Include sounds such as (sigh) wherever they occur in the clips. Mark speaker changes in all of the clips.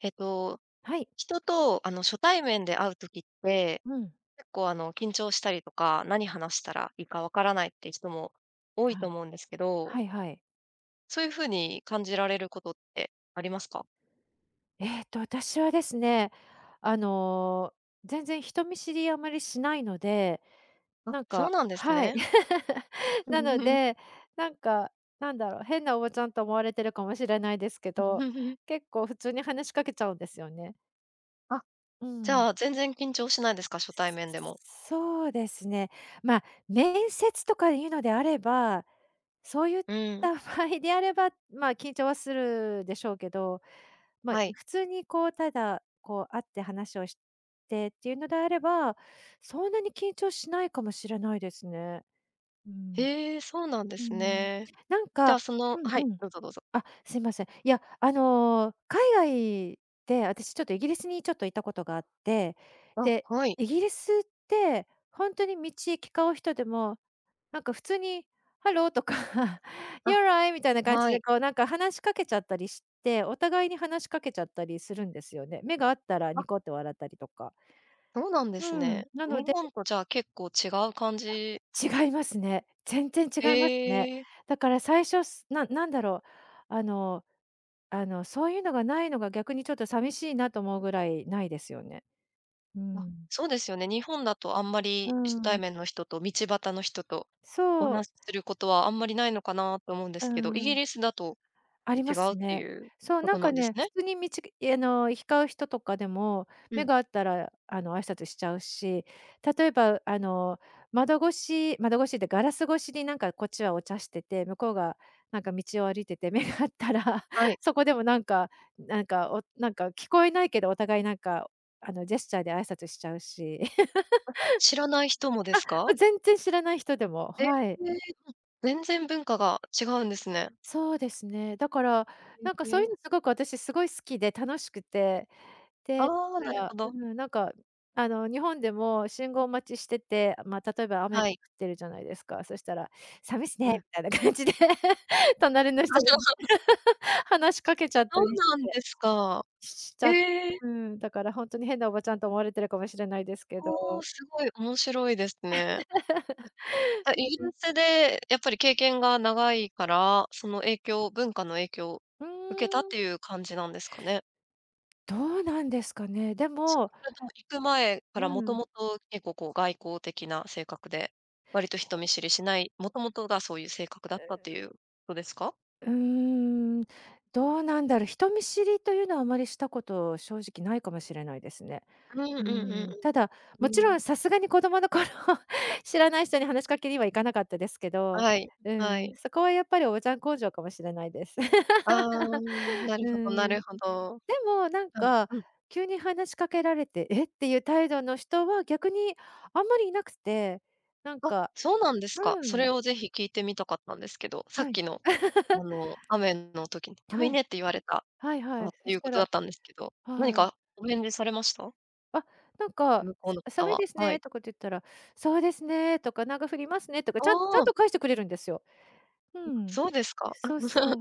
Speaker 1: えっと、
Speaker 2: はい。
Speaker 1: 人と、初対面で会う時って、
Speaker 2: うん。
Speaker 1: 結構、緊張したりとか、何話したらいいかわからないって人も多い
Speaker 2: は
Speaker 1: と
Speaker 2: い。
Speaker 1: 思うんですけど、
Speaker 2: はいはい。
Speaker 1: そういう風に感じられることってありますか？
Speaker 2: 私はですね、あの、全然人見知りあまりしないので、
Speaker 1: あ、
Speaker 2: なん
Speaker 1: そう
Speaker 2: か
Speaker 1: なんです
Speaker 2: はい。
Speaker 1: ね。
Speaker 2: (laughs)
Speaker 1: う
Speaker 2: なの
Speaker 1: んうん。
Speaker 2: で、なんか、なんだろう、変なおばちゃんと思われてるかもしれないですけど、
Speaker 1: (laughs)
Speaker 2: 結構普通に話しかけちゃうんですよね。
Speaker 1: あ、
Speaker 2: う
Speaker 1: じ
Speaker 2: ん。
Speaker 1: ゃあ、全然緊張しないですか？初対面でも。
Speaker 2: そうですね。まあ、面接とかいうのであれば、そういっ
Speaker 1: うん、
Speaker 2: た場合であれば、まあ、緊張はするでしょうけど、まあ、
Speaker 1: はい。
Speaker 2: 普通にこう、ただ、こう、会って話をしてっていうのであれば、そんなに緊張しないかもしれないですね。うん。
Speaker 1: へえ、そうなんで
Speaker 2: う
Speaker 1: す
Speaker 2: ん。
Speaker 1: ね。
Speaker 2: なん
Speaker 1: じゃ
Speaker 2: か
Speaker 1: あ、その
Speaker 2: うん
Speaker 1: はい、
Speaker 2: うん。
Speaker 1: どうぞどうぞ。
Speaker 2: あ、すいません。いや、海外で、私ちょっとイギリスにちょっといたことがあって、
Speaker 1: あ、
Speaker 2: で、
Speaker 1: はい。
Speaker 2: イギリスって本当に道行き交う人でも、なんか普通に「ハロー」とか「(laughs)
Speaker 1: あ、
Speaker 2: You're right みたいな感じ
Speaker 1: は
Speaker 2: で
Speaker 1: い。
Speaker 2: こうなんか話しかけちゃったりして、お互いに話しかけちゃったりするんですよね。目が合ったら
Speaker 1: あ、
Speaker 2: ニコって笑ったりとか。
Speaker 1: そうなんです
Speaker 2: うん、
Speaker 1: ね。
Speaker 2: なの
Speaker 1: 日
Speaker 2: で
Speaker 1: 本とじゃあ結構違う感じ、
Speaker 2: 違いますね。全然違い
Speaker 1: え
Speaker 2: ますね。
Speaker 1: え、
Speaker 2: だから最初、なんだろう、あのあの、そういうのがないのが逆にちょっと寂しいなと思うぐらいないですよね。う
Speaker 1: あ、
Speaker 2: ん。
Speaker 1: そうですよね。日本だとあんま
Speaker 2: う
Speaker 1: り初
Speaker 2: ん。
Speaker 1: 対面の人と、道端の人とお
Speaker 2: そう、
Speaker 1: 話しすることはあんまりないのかなと思うんで
Speaker 2: う
Speaker 1: すけど、イギ
Speaker 2: ん、
Speaker 1: リスだと
Speaker 2: ありま
Speaker 1: 違う
Speaker 2: す
Speaker 1: ってい
Speaker 2: ね。
Speaker 1: う
Speaker 2: そう、
Speaker 1: こ
Speaker 2: なん
Speaker 1: とな
Speaker 2: か
Speaker 1: んです
Speaker 2: ね、普
Speaker 1: ね。
Speaker 2: 通に行き交う人とかでも、
Speaker 1: う
Speaker 2: 目
Speaker 1: ん。
Speaker 2: が合ったら、挨拶しちゃうし、例えば、窓越しでガラス越しになんかこっちはお茶してて、向こうがなんか道を歩いてて目が合ったら、
Speaker 1: は
Speaker 2: (laughs)
Speaker 1: い。
Speaker 2: そこでもなんか、なんか聞こえないけど、お互いなんか、ジェスチャーで挨拶しちゃうし。
Speaker 1: 知らない人もですか？
Speaker 2: 全然知らない人でも、
Speaker 1: ええ、
Speaker 2: はい。
Speaker 1: 全然文化が違うんですね。
Speaker 2: そうですね。だから、なんか
Speaker 1: え
Speaker 2: そういう
Speaker 1: え、
Speaker 2: のすごく私すごい好きで楽しくて、で、
Speaker 1: ああ、なる
Speaker 2: だ
Speaker 1: ほ
Speaker 2: からう
Speaker 1: ど。
Speaker 2: ん、なんか、日本でも信号待ちしてて、まあ、例えば雨が
Speaker 1: は
Speaker 2: 降
Speaker 1: い。
Speaker 2: ってるじゃないですか。そしたら「寒いっすね」
Speaker 1: う
Speaker 2: み
Speaker 1: ん。
Speaker 2: たいな感じで (laughs)、隣の人に
Speaker 1: (laughs) あ、
Speaker 2: (laughs) 話しかけちゃった
Speaker 1: そう
Speaker 2: りし
Speaker 1: なん
Speaker 2: て、
Speaker 1: ですか。
Speaker 2: しち
Speaker 1: え
Speaker 2: ゃ
Speaker 1: え、
Speaker 2: うん、だから本当に変なおばちゃんと思われてるかもしれないですけど。
Speaker 1: おお、すごい面白いですね。
Speaker 2: (laughs)
Speaker 1: あ、イギリスでやっぱり経験が長いから、その影響文化の影響を
Speaker 2: うー
Speaker 1: 受けたっ
Speaker 2: ん、
Speaker 1: ていう感じなんですかね？
Speaker 2: どうなんですかね。で
Speaker 1: そ
Speaker 2: も、
Speaker 1: れとも行く前か
Speaker 2: う
Speaker 1: らもと
Speaker 2: ん。
Speaker 1: もと結構こう外交的な性格で、割と人見知りしない、もともとがそういう性格だったっていうことですか？
Speaker 2: うーん、どうなんだろう、人見知りというのはあまりしたこと正直ないかもしれないですね。
Speaker 1: うんうん
Speaker 2: う
Speaker 1: うん
Speaker 2: ーん、ただ、
Speaker 1: うん。う
Speaker 2: もちろ
Speaker 1: ん。
Speaker 2: んさすがに子供の頃 (laughs)、知らない人に話しかけにはいかなかったですけど、
Speaker 1: はい、
Speaker 2: う
Speaker 1: は
Speaker 2: ん、
Speaker 1: い。
Speaker 2: そこはやっぱりおばちゃん根性かもしれないです。
Speaker 1: ああ、
Speaker 2: (laughs)
Speaker 1: なる
Speaker 2: う
Speaker 1: ほどな
Speaker 2: ん、で
Speaker 1: るほど。
Speaker 2: もなんか、
Speaker 1: うん、うん。
Speaker 2: 急に話しかけられて、えっていう態度の人は逆にあんまりいなくて、なん
Speaker 1: あ、
Speaker 2: か
Speaker 1: そうなんですか。
Speaker 2: う
Speaker 1: そ
Speaker 2: ん、
Speaker 1: れをぜひ聞いてみたかったんですけど、さ
Speaker 2: は
Speaker 1: っ
Speaker 2: い。
Speaker 1: きの、
Speaker 2: (laughs)
Speaker 1: 雨の時に、
Speaker 2: は
Speaker 1: 「雨
Speaker 2: い。
Speaker 1: ね」って言われた、
Speaker 2: はいは
Speaker 1: あ、
Speaker 2: い。
Speaker 1: っ
Speaker 2: そ
Speaker 1: てい
Speaker 2: し
Speaker 1: う
Speaker 2: た
Speaker 1: こと
Speaker 2: ら
Speaker 1: だったんですけど、何
Speaker 2: はい。
Speaker 1: かお返事されました？
Speaker 2: あ、なんか、
Speaker 1: 向こうの方
Speaker 2: 寒い
Speaker 1: は。
Speaker 2: です
Speaker 1: は
Speaker 2: ね」
Speaker 1: い。
Speaker 2: とかって言ったら、「そうですね」とか、「なんか降りますね」とか、
Speaker 1: あ
Speaker 2: ちゃん
Speaker 1: あ、
Speaker 2: と返してくれるんですよ。うん。
Speaker 1: そうですか。(laughs) あ、
Speaker 2: そうそう。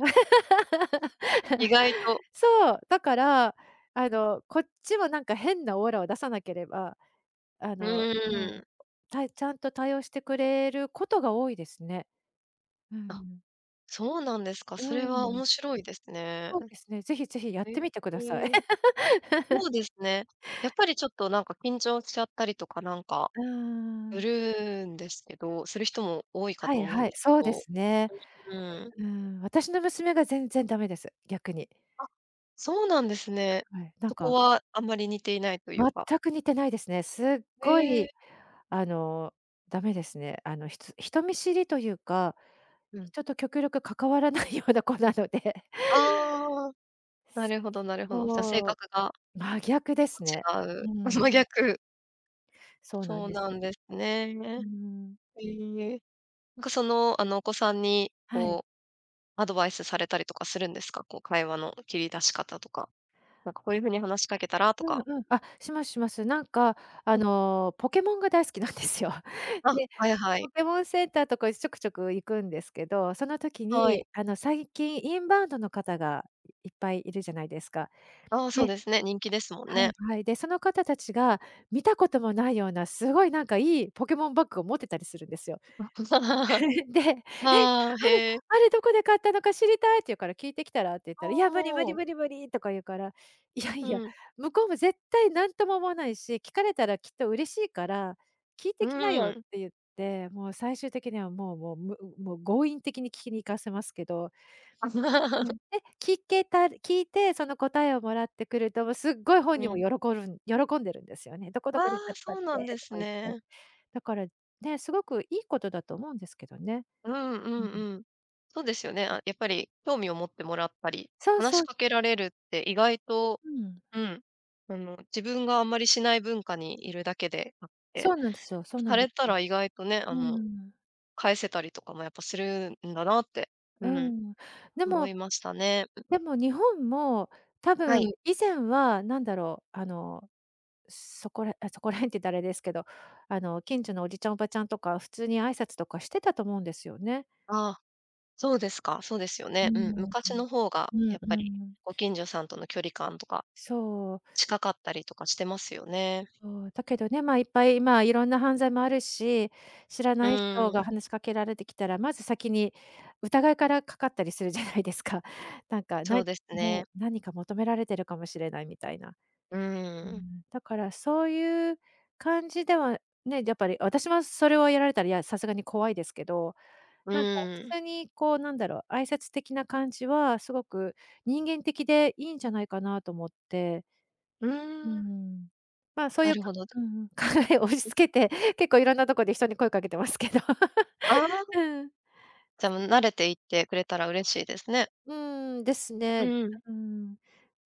Speaker 1: 意
Speaker 2: (laughs)
Speaker 1: 外と。
Speaker 2: そう、だから、こっちもなんか変なオーラを出さなければ、あ
Speaker 1: う
Speaker 2: の、うん、
Speaker 1: ーん。
Speaker 2: ちゃんと対応してくれることが多いですね。う
Speaker 1: あ、
Speaker 2: ん。
Speaker 1: そうなんですか。
Speaker 2: う
Speaker 1: それは
Speaker 2: ん。
Speaker 1: 面白いですね。
Speaker 2: そうですね、ぜひぜひやっ
Speaker 1: え
Speaker 2: てみてください。
Speaker 1: え、
Speaker 2: (laughs)
Speaker 1: そうですね。やっぱりちょっとなんか緊張しちゃったりとかなんか
Speaker 2: うー
Speaker 1: す
Speaker 2: ん。
Speaker 1: るんですけどする人も多いか
Speaker 2: は
Speaker 1: と
Speaker 2: い
Speaker 1: 思うん
Speaker 2: は
Speaker 1: で
Speaker 2: い、
Speaker 1: すけ
Speaker 2: そうで
Speaker 1: ど、
Speaker 2: すね。
Speaker 1: うん。
Speaker 2: うん、私の娘が全然ダメです、逆に。
Speaker 1: あ、そうなんですね。
Speaker 2: はい、なん
Speaker 1: そこ
Speaker 2: か、
Speaker 1: はあんまり似ていないというか。
Speaker 2: 全く似てないですね。すっご
Speaker 1: へえ、
Speaker 2: い、あの、ダメですね。人見知りというか、
Speaker 1: うん。
Speaker 2: 人と極力関わらないような子なので、(laughs)
Speaker 1: ああ。なるほどなるほど。じゃ、性
Speaker 2: そう、
Speaker 1: 格が
Speaker 2: 真逆で
Speaker 1: 結
Speaker 2: すね。
Speaker 1: 構違う。
Speaker 2: うん、
Speaker 1: (laughs) 真逆。
Speaker 2: そうなん
Speaker 1: そう
Speaker 2: です。
Speaker 1: なんです
Speaker 2: う
Speaker 1: ね。
Speaker 2: ーん、
Speaker 1: ええ。なんかその、お子さんに、
Speaker 2: はい。
Speaker 1: こう、アドバイスされたりとかするんですか？こう、会話の切り出し方とか。なんかこういう風に話しかけたらと
Speaker 2: うん
Speaker 1: か。
Speaker 2: うん、あ、しますします。なんか、ポケモンが大好きなんですよ。(laughs)
Speaker 1: あ、
Speaker 2: で、
Speaker 1: はいは
Speaker 2: ポ
Speaker 1: い。
Speaker 2: ケモンセンターとかちょくちょく行くんですけど、その時
Speaker 1: は
Speaker 2: に、
Speaker 1: い。
Speaker 2: 最近インバウンドの方がいっぱいいるじゃないですか。
Speaker 1: ああ、そう
Speaker 2: で
Speaker 1: ですね、人気ですもん
Speaker 2: は
Speaker 1: ね。
Speaker 2: いはい。で、その方たちが見たこともないような、すごいなんかいいポケモンバッグを持ってたりするんですよ。
Speaker 1: (laughs)
Speaker 2: (laughs) で、「え、
Speaker 1: ああ、へえ。
Speaker 2: あれどこで買ったのか知りたい」って言うから、「聞いてきたら？」って言ったら、「いや、無理無理
Speaker 1: おー、
Speaker 2: 無理無理」とか言うから、いやいや、
Speaker 1: うん。
Speaker 2: 向こうも絶対何とも思わないし、聞かれたらきっと嬉しいから、「聞いて
Speaker 1: う
Speaker 2: きなよ」っ
Speaker 1: ん。
Speaker 2: て言って、もう最終的にはもう強引的に聞きに行かせますけど、う
Speaker 1: (laughs)
Speaker 2: ん、で、聞けた聞いて、その答えをもらってくると、もうすっごい本
Speaker 1: う
Speaker 2: 人も
Speaker 1: ん。
Speaker 2: 喜んでるんですよね。どこ
Speaker 1: あ
Speaker 2: ど
Speaker 1: あ、
Speaker 2: こで買ったっ
Speaker 1: そうなん
Speaker 2: て
Speaker 1: で
Speaker 2: と
Speaker 1: す
Speaker 2: か言って。
Speaker 1: ね。
Speaker 2: だから、ね、すごくいいことだと思うんですけどね。
Speaker 1: うんう
Speaker 2: うん。
Speaker 1: んうん。そうですよね。あ、やっぱり興味を持ってもらったり、
Speaker 2: そう
Speaker 1: 話
Speaker 2: そ
Speaker 1: し
Speaker 2: う、
Speaker 1: かけられるって意外と、
Speaker 2: うん。
Speaker 1: うん、自分があんまりしない文化にいるだけであっ
Speaker 2: そ
Speaker 1: て、
Speaker 2: うなんですよそうな
Speaker 1: さ
Speaker 2: んです
Speaker 1: れた
Speaker 2: よ。
Speaker 1: ら意外とね、
Speaker 2: うん、
Speaker 1: 返せたりとかもやっぱするんだなって、
Speaker 2: う
Speaker 1: うん、
Speaker 2: ん。で
Speaker 1: 思
Speaker 2: も
Speaker 1: いましたね。
Speaker 2: でも日本も多
Speaker 1: は
Speaker 2: 分
Speaker 1: い。
Speaker 2: 以前はなんだろう、そこら辺って言ったらあれですけど、近所のおじちゃんおばちゃんとか、普通に挨拶とかしてたと思うんですよね。
Speaker 1: ああ、そうですか。そうですよ
Speaker 2: うー
Speaker 1: ね。うん、
Speaker 2: ん。
Speaker 1: 昔の方が
Speaker 2: う
Speaker 1: や
Speaker 2: ん
Speaker 1: っぱ
Speaker 2: う
Speaker 1: り
Speaker 2: ん。
Speaker 1: ご近所さんとの距離感とか
Speaker 2: そう、
Speaker 1: 近かったりとかしてますよね。
Speaker 2: そう、だけどね、まあ、いっぱい、まあ、いろんな犯罪もあるし、知ら
Speaker 1: う
Speaker 2: ない人が
Speaker 1: ん、
Speaker 2: 話しかけられてきたら、まず先に疑いからかかったりするじゃないですか。(laughs) なんか、
Speaker 1: そ
Speaker 2: ね、
Speaker 1: うですね。
Speaker 2: 何か求められてるかもしれないみたいな。
Speaker 1: う
Speaker 2: う
Speaker 1: ん、
Speaker 2: ん、だからそういう感じではね、やっぱり私はそれをやられたら、いや、さすがに怖いですけど、
Speaker 1: う
Speaker 2: なんか普
Speaker 1: ん。
Speaker 2: 通にこう、なんだろう、挨拶的な感じはすごく人間的でいいんじゃないかなと思って。
Speaker 1: うー
Speaker 2: う
Speaker 1: ん、
Speaker 2: ん。まあ、そうい
Speaker 1: な
Speaker 2: う、
Speaker 1: るほど。
Speaker 2: うんうん、(laughs) 考えを押し付けて、結構いろんなとこで人に声かけてますけど。
Speaker 1: ああ、
Speaker 2: (laughs) うん。
Speaker 1: じゃ、慣れていってくれたら嬉しいですね。
Speaker 2: うーん、です
Speaker 1: う
Speaker 2: ね。
Speaker 1: んうん。
Speaker 2: うん。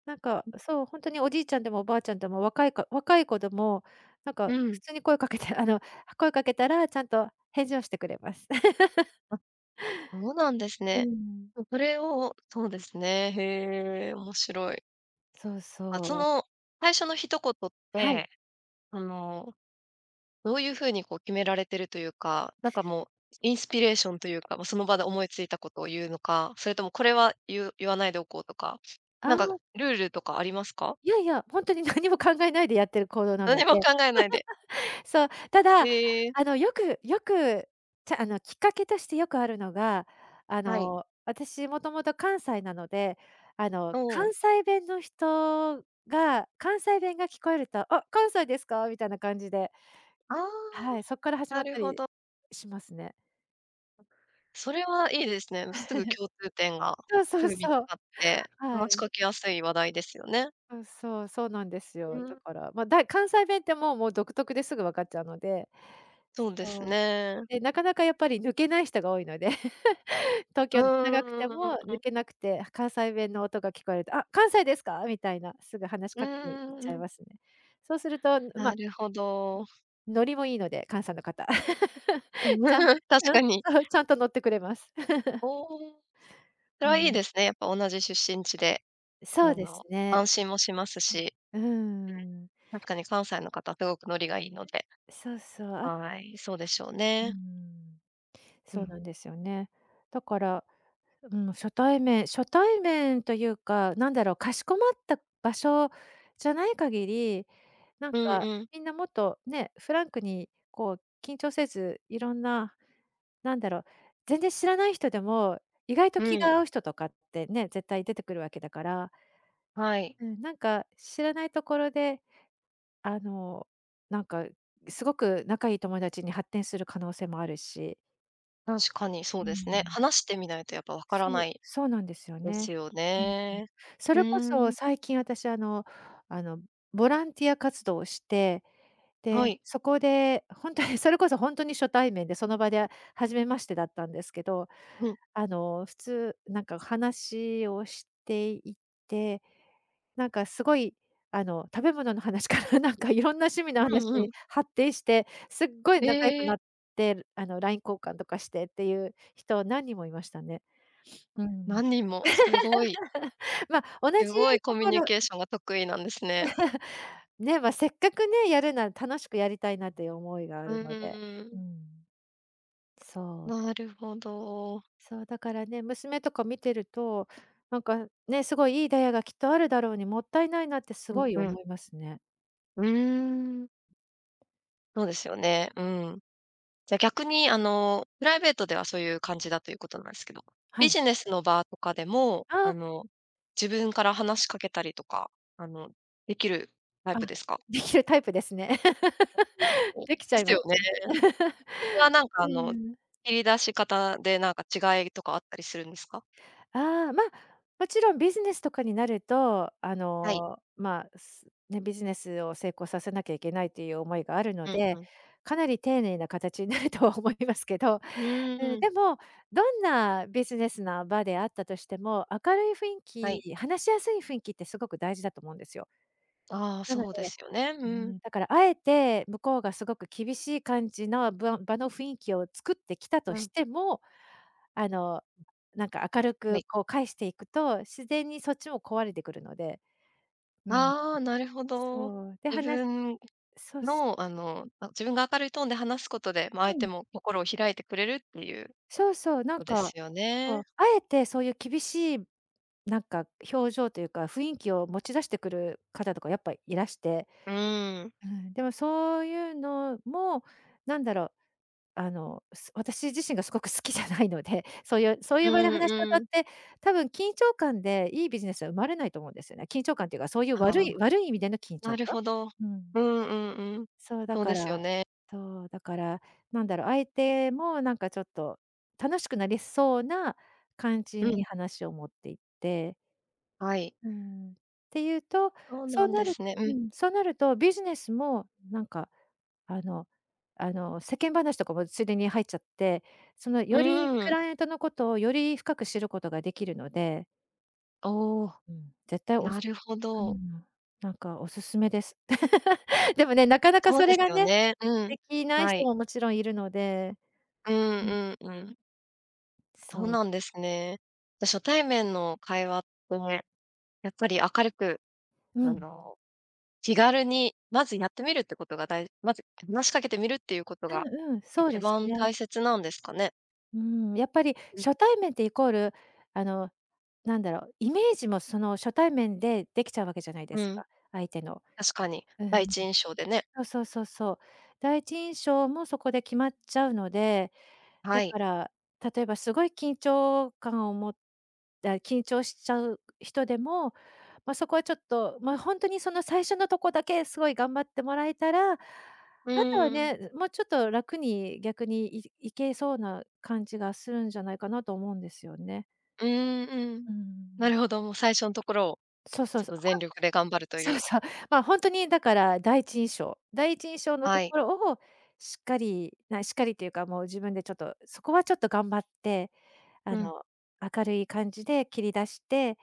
Speaker 2: なんか、そう、ほんとにおじいちゃんでもおばあちゃんでも、若い子でも、なんか
Speaker 1: う
Speaker 2: 普
Speaker 1: ん。
Speaker 2: 通に声かけて、(laughs) 声かけたら、ちゃんと返事をしてくれます。(laughs)
Speaker 1: あ、そうなんです
Speaker 2: う
Speaker 1: ね。
Speaker 2: ん。
Speaker 1: もうそれをそうですね、へえ、面白い。
Speaker 2: そう
Speaker 1: あ、そ
Speaker 2: そう。
Speaker 1: の、最初の一言っ
Speaker 2: はい。
Speaker 1: て、あの、どういう風にこう決められてるというか、なんかもう、インスピレーションというか、もうその場で思いついたことを言うのか、それともこれは言う言わないでおこうとか、
Speaker 2: あ
Speaker 1: なんか
Speaker 2: あ、
Speaker 1: ルールとかありますか？
Speaker 2: いやいや、ほんとに何も考えないでやってる行動なの
Speaker 1: 何も
Speaker 2: で。
Speaker 1: 考えないで。
Speaker 2: そう、ただ、
Speaker 1: へえ、
Speaker 2: よくよく、きっかけとしてよくあるのが、
Speaker 1: はい。
Speaker 2: 私もともと関西なので、
Speaker 1: うん。
Speaker 2: 関西弁の人が関西弁が聞こえると、「あ、関西ですか？」みたいな感じで、
Speaker 1: ああ。
Speaker 2: はい、そこから始ま
Speaker 1: な
Speaker 2: っ
Speaker 1: る
Speaker 2: た
Speaker 1: ほ
Speaker 2: り
Speaker 1: ど。
Speaker 2: しますね。
Speaker 1: それはいいですね。すぐ
Speaker 2: (laughs)
Speaker 1: 共通点が、
Speaker 2: そうそ
Speaker 1: す
Speaker 2: う
Speaker 1: ぐ見つ
Speaker 2: そう。
Speaker 1: かって、
Speaker 2: は
Speaker 1: 話し
Speaker 2: い。
Speaker 1: かけやすい話題ですよね。
Speaker 2: そうそう、そうなんです
Speaker 1: う
Speaker 2: よ。だ
Speaker 1: ん、
Speaker 2: から、まあ、関西弁ってもう独特ですぐ分かっちゃうので、
Speaker 1: そうです
Speaker 2: そう、
Speaker 1: ね。
Speaker 2: で、なかなかやっぱり抜けない人が多いので。東
Speaker 1: う
Speaker 2: 京長くて
Speaker 1: ー
Speaker 2: も
Speaker 1: ん、
Speaker 2: 抜けなくて、関西弁の音が聞こえると、「あ、関西ですか？」みたいな、すぐ話し
Speaker 1: うー
Speaker 2: かけに行っちゃい
Speaker 1: ん、
Speaker 2: ますね。そうすると、ま、
Speaker 1: なるほど。
Speaker 2: ノリもいいので、関西の方。
Speaker 1: (laughs)
Speaker 2: (laughs) ちゃん
Speaker 1: 確
Speaker 2: う
Speaker 1: か
Speaker 2: ん、
Speaker 1: に。
Speaker 2: そう、ちゃんと乗ってくれます。
Speaker 1: おお、それ
Speaker 2: う
Speaker 1: はいい
Speaker 2: ん。
Speaker 1: ですね。やっぱ同じ出身地で、
Speaker 2: そうですね。
Speaker 1: 安心もしますし、
Speaker 2: うーん。
Speaker 1: 確かに関西の方すごくノリがいいので、
Speaker 2: そうそう、
Speaker 1: はい、そうでしょう
Speaker 2: う
Speaker 1: ね。
Speaker 2: ん、
Speaker 1: う
Speaker 2: そう
Speaker 1: ん。
Speaker 2: なんですよね。だから、うん、初対面というか、かしこまった場所じゃない限り、なん
Speaker 1: うん
Speaker 2: か、
Speaker 1: うん。
Speaker 2: みんなもっとね、フランクにこう緊張せず、いろんな、なんだろう、全然知らない人でも、意外と
Speaker 1: う
Speaker 2: 気
Speaker 1: ん、
Speaker 2: が合う人とかってね、絶対出てくるわけだから、
Speaker 1: はい。
Speaker 2: うん、なんか知らないところで、あの、なんかすごく仲いい友達に発展する可能性もあるし。
Speaker 1: 確かにそ
Speaker 2: う
Speaker 1: うですね。
Speaker 2: ん。
Speaker 1: 話してみないとやっぱわから
Speaker 2: そう、
Speaker 1: ない
Speaker 2: そうなんですよ
Speaker 1: です
Speaker 2: ね。
Speaker 1: よ
Speaker 2: うん、うん。
Speaker 1: ね。
Speaker 2: そ
Speaker 1: う
Speaker 2: れこそ
Speaker 1: ーん、
Speaker 2: 最近私あのボランティア活動をして
Speaker 1: は
Speaker 2: で、
Speaker 1: い。
Speaker 2: そこで本当にそれこそ本当に初対面で、その場で初めましてだったんですけど、
Speaker 1: うん。
Speaker 2: あの、普通なんか話をしていて、なんかすごい、あの、食べ物の話から (laughs) なんかいろんな趣味の
Speaker 1: う
Speaker 2: 話
Speaker 1: んう
Speaker 2: に
Speaker 1: ん。
Speaker 2: 発展して、すっごい仲良く
Speaker 1: ええ、
Speaker 2: なって、あの、ライン交換とかしてっていう人何人もいましたね。うん。
Speaker 1: 何人も、すごい、
Speaker 2: まあ、同じ
Speaker 1: すごい
Speaker 2: と
Speaker 1: コミュ
Speaker 2: こ
Speaker 1: ニ
Speaker 2: ろ
Speaker 1: ケーションが得意なんですね。
Speaker 2: ね、まあ、せっかくね、やるなら楽しくやりたいなという思いがあ
Speaker 1: う
Speaker 2: るので。
Speaker 1: ー
Speaker 2: う
Speaker 1: ん、
Speaker 2: ん。そう。
Speaker 1: なるほど。
Speaker 2: そう、だからね、娘とか見てると、なんかね、すごいいいダイヤがきっとあるだろうに、もったいないなってすごい
Speaker 1: うんう
Speaker 2: 思
Speaker 1: ん。
Speaker 2: いますね。
Speaker 1: うーん、そうですよね。うん。じゃ、逆にプライベートではそういう感じだということなんですけど、
Speaker 2: は
Speaker 1: ビ
Speaker 2: い。
Speaker 1: ジネスの場とかでも、
Speaker 2: ああ、
Speaker 1: 自分から話しかけたりとか、できるタイプですか？
Speaker 2: できるタイプですね。(laughs)
Speaker 1: おで
Speaker 2: できちゃい
Speaker 1: す
Speaker 2: ます
Speaker 1: よ
Speaker 2: ね。
Speaker 1: ね。それは
Speaker 2: (laughs)
Speaker 1: なんかあ
Speaker 2: う
Speaker 1: の、
Speaker 2: ん。
Speaker 1: 切り出し方でなんか違いとかあったりするんですか？
Speaker 2: ああ、まあ、もちろんビジネスとかになると、あ
Speaker 1: はい。
Speaker 2: の、まあ、すね、ビジネスを成功させなきゃいけないという思いがあるの
Speaker 1: うん
Speaker 2: で、
Speaker 1: うん。
Speaker 2: かなり丁寧な形になるとは思いますけど、
Speaker 1: う
Speaker 2: うん、
Speaker 1: ーん。
Speaker 2: でも、どんなビジネスな場であったとしても、明るい雰
Speaker 1: は
Speaker 2: 囲
Speaker 1: い。
Speaker 2: 気、話しやすい雰囲気ってすごく大事だと思うんですよ。
Speaker 1: ああ、
Speaker 2: なので
Speaker 1: そうですよね。
Speaker 2: う
Speaker 1: うん。
Speaker 2: ん、だからあえて、向こうがすごく厳しい感じのぶわ場の雰囲気を作ってきたと
Speaker 1: う
Speaker 2: し
Speaker 1: ん、
Speaker 2: ても、あの、なんか明る
Speaker 1: は
Speaker 2: く
Speaker 1: い。
Speaker 2: こう返していくと、自然にそっちも壊れてくるので、うん。
Speaker 1: ああ、なるほど。
Speaker 2: そう、で、
Speaker 1: 自
Speaker 2: 話
Speaker 1: 分
Speaker 2: そうす
Speaker 1: のあの、あ、自分が明るいトーンで話すことで、ま、
Speaker 2: う
Speaker 1: 相手
Speaker 2: ん、
Speaker 1: も心を開いてくれるっていう
Speaker 2: そうそう、なん
Speaker 1: ことです
Speaker 2: か、
Speaker 1: よ
Speaker 2: そ
Speaker 1: ね。
Speaker 2: う、あえてそういう厳しいなんか表情というか、雰囲気を持ち出してくる方とかやっぱいらして、
Speaker 1: うーん。
Speaker 2: うん、でもそういうのも、なんだろうあの、す私自身がすごく好きじゃないので、(laughs) そういうそうい
Speaker 1: う
Speaker 2: う場で話し
Speaker 1: ん
Speaker 2: 方
Speaker 1: う
Speaker 2: っ
Speaker 1: ん。
Speaker 2: て、多分緊張感でいいビジネスは生まれないと思うんですよね。緊張感っていうか、そういう
Speaker 1: あ
Speaker 2: 悪
Speaker 1: あ、
Speaker 2: い悪い意味での緊
Speaker 1: な
Speaker 2: 張
Speaker 1: る
Speaker 2: 感？
Speaker 1: ほど。
Speaker 2: うん。
Speaker 1: うんうんうん。
Speaker 2: そう、だ
Speaker 1: そう
Speaker 2: か
Speaker 1: ですよ
Speaker 2: ら
Speaker 1: ね。
Speaker 2: そう、だから、なんだろう、相手もなんかちょっと楽しくなりそうな感じ
Speaker 1: う
Speaker 2: に
Speaker 1: ん。
Speaker 2: 話を持っていって。
Speaker 1: はい。
Speaker 2: うん。っていうと、
Speaker 1: そう
Speaker 2: そ
Speaker 1: な
Speaker 2: う
Speaker 1: ん
Speaker 2: な
Speaker 1: で
Speaker 2: る
Speaker 1: すね。う
Speaker 2: う
Speaker 1: ん。
Speaker 2: ん、そうなるとビジネスもなんかあの世間話とかもついでに入っちゃって、その、
Speaker 1: う
Speaker 2: よりク
Speaker 1: ーん。
Speaker 2: ライアントのことをより深く知ることができるので、
Speaker 1: おお。
Speaker 2: うん。絶対お
Speaker 1: な
Speaker 2: す
Speaker 1: るほ
Speaker 2: う
Speaker 1: ど。
Speaker 2: ん、なんかおすすめです。(laughs) でもね、なかなか
Speaker 1: そう
Speaker 2: そ
Speaker 1: で
Speaker 2: れ
Speaker 1: す
Speaker 2: が
Speaker 1: よ
Speaker 2: ね、
Speaker 1: ね。うん。
Speaker 2: できない
Speaker 1: は
Speaker 2: 人
Speaker 1: い。
Speaker 2: ももちろんいるので、
Speaker 1: うん
Speaker 2: う
Speaker 1: う
Speaker 2: ん。
Speaker 1: んうん。そ
Speaker 2: そ
Speaker 1: うな
Speaker 2: う、
Speaker 1: んですね。じゃ、初対面の会話って、やっぱり明るく、
Speaker 2: う
Speaker 1: あ
Speaker 2: ん、
Speaker 1: の、気軽に、まずやってみるってことが大事。まず話しかけてみるっていうこと
Speaker 2: う
Speaker 1: が、
Speaker 2: んうん、そう
Speaker 1: 一
Speaker 2: です
Speaker 1: 番
Speaker 2: ね。
Speaker 1: 大切なんですかね？
Speaker 2: うん、やっぱり
Speaker 1: うん。
Speaker 2: 初対面ってイコール、あの、なんだろう、イメージもその初対面でできちゃうわけじゃないで
Speaker 1: う
Speaker 2: す
Speaker 1: ん、
Speaker 2: か、相手の。
Speaker 1: 確かに。
Speaker 2: う
Speaker 1: 第
Speaker 2: ん。
Speaker 1: 一印象でね。
Speaker 2: そうそうそうそう。第一印象もそこで決まっちゃうので、だ
Speaker 1: は
Speaker 2: か
Speaker 1: い。
Speaker 2: ら、例えばすごい緊張感を持った緊張しちゃう人でも、まあ、そこはちょっと、ま、あ本当にその最初のとこだけすごい頑張ってもらえたら、あ
Speaker 1: う
Speaker 2: とは
Speaker 1: ん。
Speaker 2: ね、もうちょっと楽に逆にいいけそうな感じがするんじゃないかなと思うんですよね。
Speaker 1: うん、うん。
Speaker 2: うん。
Speaker 1: なるほど、もう最初のところを、
Speaker 2: そうそう
Speaker 1: ちょっ
Speaker 2: そう。
Speaker 1: と全力で頑張るとい
Speaker 2: そう
Speaker 1: う。
Speaker 2: そう。(laughs) まあ、本当にだから第一印象のと
Speaker 1: はい。
Speaker 2: ころをしっかりなしっかりというか、もう自分でちょっと、そこはちょっと頑張って、あ
Speaker 1: うん。
Speaker 2: の、明るい感じで切り出して、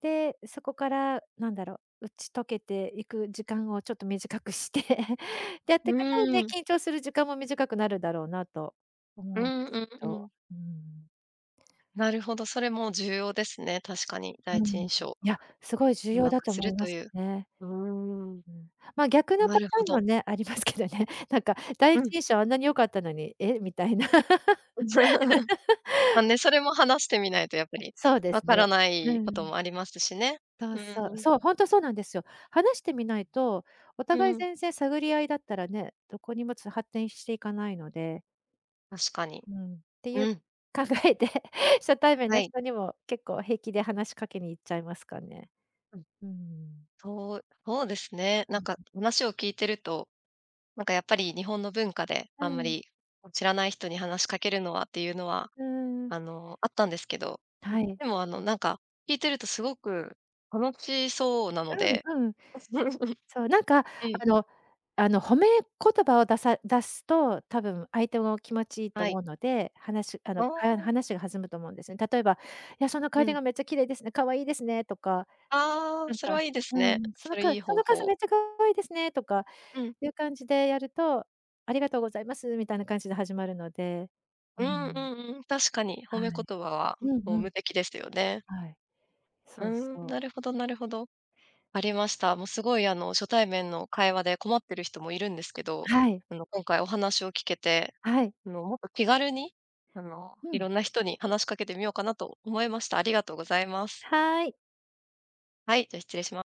Speaker 2: で、そこからなんだろう、打ち解けていく時間をちょっと短くして (laughs)、でやって
Speaker 1: う
Speaker 2: いくとね、
Speaker 1: ん。
Speaker 2: 緊張する時間も短くなるだろうなと
Speaker 1: う
Speaker 2: 思うんで
Speaker 1: んう
Speaker 2: すけ
Speaker 1: んう
Speaker 2: ど。
Speaker 1: ん。
Speaker 2: うん。
Speaker 1: なるほど、それも重要ですね、確かに。
Speaker 2: う
Speaker 1: 第一
Speaker 2: ん。
Speaker 1: 印象、
Speaker 2: いや、すごい重
Speaker 1: う
Speaker 2: 要
Speaker 1: ま
Speaker 2: だ
Speaker 1: く
Speaker 2: と
Speaker 1: す
Speaker 2: 思い
Speaker 1: る
Speaker 2: ま
Speaker 1: と
Speaker 2: す
Speaker 1: いう。
Speaker 2: ね。
Speaker 1: うーん、
Speaker 2: うん。まあ、逆の
Speaker 1: な
Speaker 2: パタ
Speaker 1: るほ
Speaker 2: ーンも
Speaker 1: ど。
Speaker 2: ね、ありますけどね。(laughs) なんか第
Speaker 1: う
Speaker 2: 一
Speaker 1: ん。
Speaker 2: 印象あんなに良かったのに、え、みたいな。(laughs)
Speaker 1: (laughs) ま、ね、それも話してみないとやっぱり、
Speaker 2: そうで
Speaker 1: わ
Speaker 2: す
Speaker 1: か
Speaker 2: ね。
Speaker 1: らな
Speaker 2: う
Speaker 1: いこと
Speaker 2: ん。
Speaker 1: もありますしね。
Speaker 2: そう
Speaker 1: う
Speaker 2: そう。
Speaker 1: ん、
Speaker 2: そう、ほんとそうなんですよ。話してみないと、お
Speaker 1: う
Speaker 2: 互い
Speaker 1: ん、
Speaker 2: 全然探り合いだったらね、どこにもつ発展していかないので、
Speaker 1: 確かに。
Speaker 2: うん。っていう
Speaker 1: うん、
Speaker 2: 考えで、(laughs) 初対面
Speaker 1: は
Speaker 2: の
Speaker 1: い。
Speaker 2: 人にも結構平気で話しかけに行っちゃいますかね。
Speaker 1: うん、
Speaker 2: うん。
Speaker 1: そうそうですね。
Speaker 2: う
Speaker 1: なんか
Speaker 2: ん。
Speaker 1: 話を聞いてると、なんかやっぱり日本の文化で
Speaker 2: う
Speaker 1: あんま
Speaker 2: ん。
Speaker 1: り知らない人に話しかけるのはっていうのは
Speaker 2: うーん。
Speaker 1: あったんですけど、うん、
Speaker 2: はい。
Speaker 1: でもあの、なんか、聞いてるとすごく楽しそうな
Speaker 2: う
Speaker 1: の
Speaker 2: ん
Speaker 1: で。
Speaker 2: うんうんはいうんうん
Speaker 1: (laughs)
Speaker 2: そう、なんか、
Speaker 1: うん、
Speaker 2: あの褒め言葉を出すと、多分相手も気持ちいいと
Speaker 1: は
Speaker 2: 思
Speaker 1: い。
Speaker 2: うので、話あ
Speaker 1: あ
Speaker 2: の、あ、
Speaker 1: あ、
Speaker 2: 話が弾むと思うんですね。例えば、「いや、そのカー
Speaker 1: う
Speaker 2: ディ
Speaker 1: ん。
Speaker 2: ガンめっちゃ綺麗ですね、可愛いですね」とか、
Speaker 1: ああ、
Speaker 2: なん
Speaker 1: それ
Speaker 2: か、
Speaker 1: はいいです
Speaker 2: う
Speaker 1: ね。
Speaker 2: ん、「そ
Speaker 1: そ
Speaker 2: の
Speaker 1: れ
Speaker 2: か
Speaker 1: いい
Speaker 2: そ
Speaker 1: 方
Speaker 2: の傘
Speaker 1: 法。
Speaker 2: めっちゃ可愛いですね」とか
Speaker 1: うん。
Speaker 2: いう感じでやると、「ありがとうございます」みたいな感じで始まるので、
Speaker 1: う
Speaker 2: う
Speaker 1: んう
Speaker 2: ん、
Speaker 1: んうん、確かに、褒
Speaker 2: は
Speaker 1: め言
Speaker 2: い。
Speaker 1: 葉は
Speaker 2: うん
Speaker 1: もう
Speaker 2: うん、
Speaker 1: 無敵ですよね。
Speaker 2: はい。そう
Speaker 1: うーん、
Speaker 2: そう。
Speaker 1: なるほどなるほど。ありました。もうすごいあの、初対面の会話で困ってる人もいるんですけど、
Speaker 2: はい、
Speaker 1: 今回お話を聞けて
Speaker 2: はい。
Speaker 1: もっと気軽に、
Speaker 2: う
Speaker 1: いろ
Speaker 2: ん。
Speaker 1: んな人に話しかけてみようかなと思いました。ありがとうございます。
Speaker 2: はい。
Speaker 1: はい、じゃあ失礼します。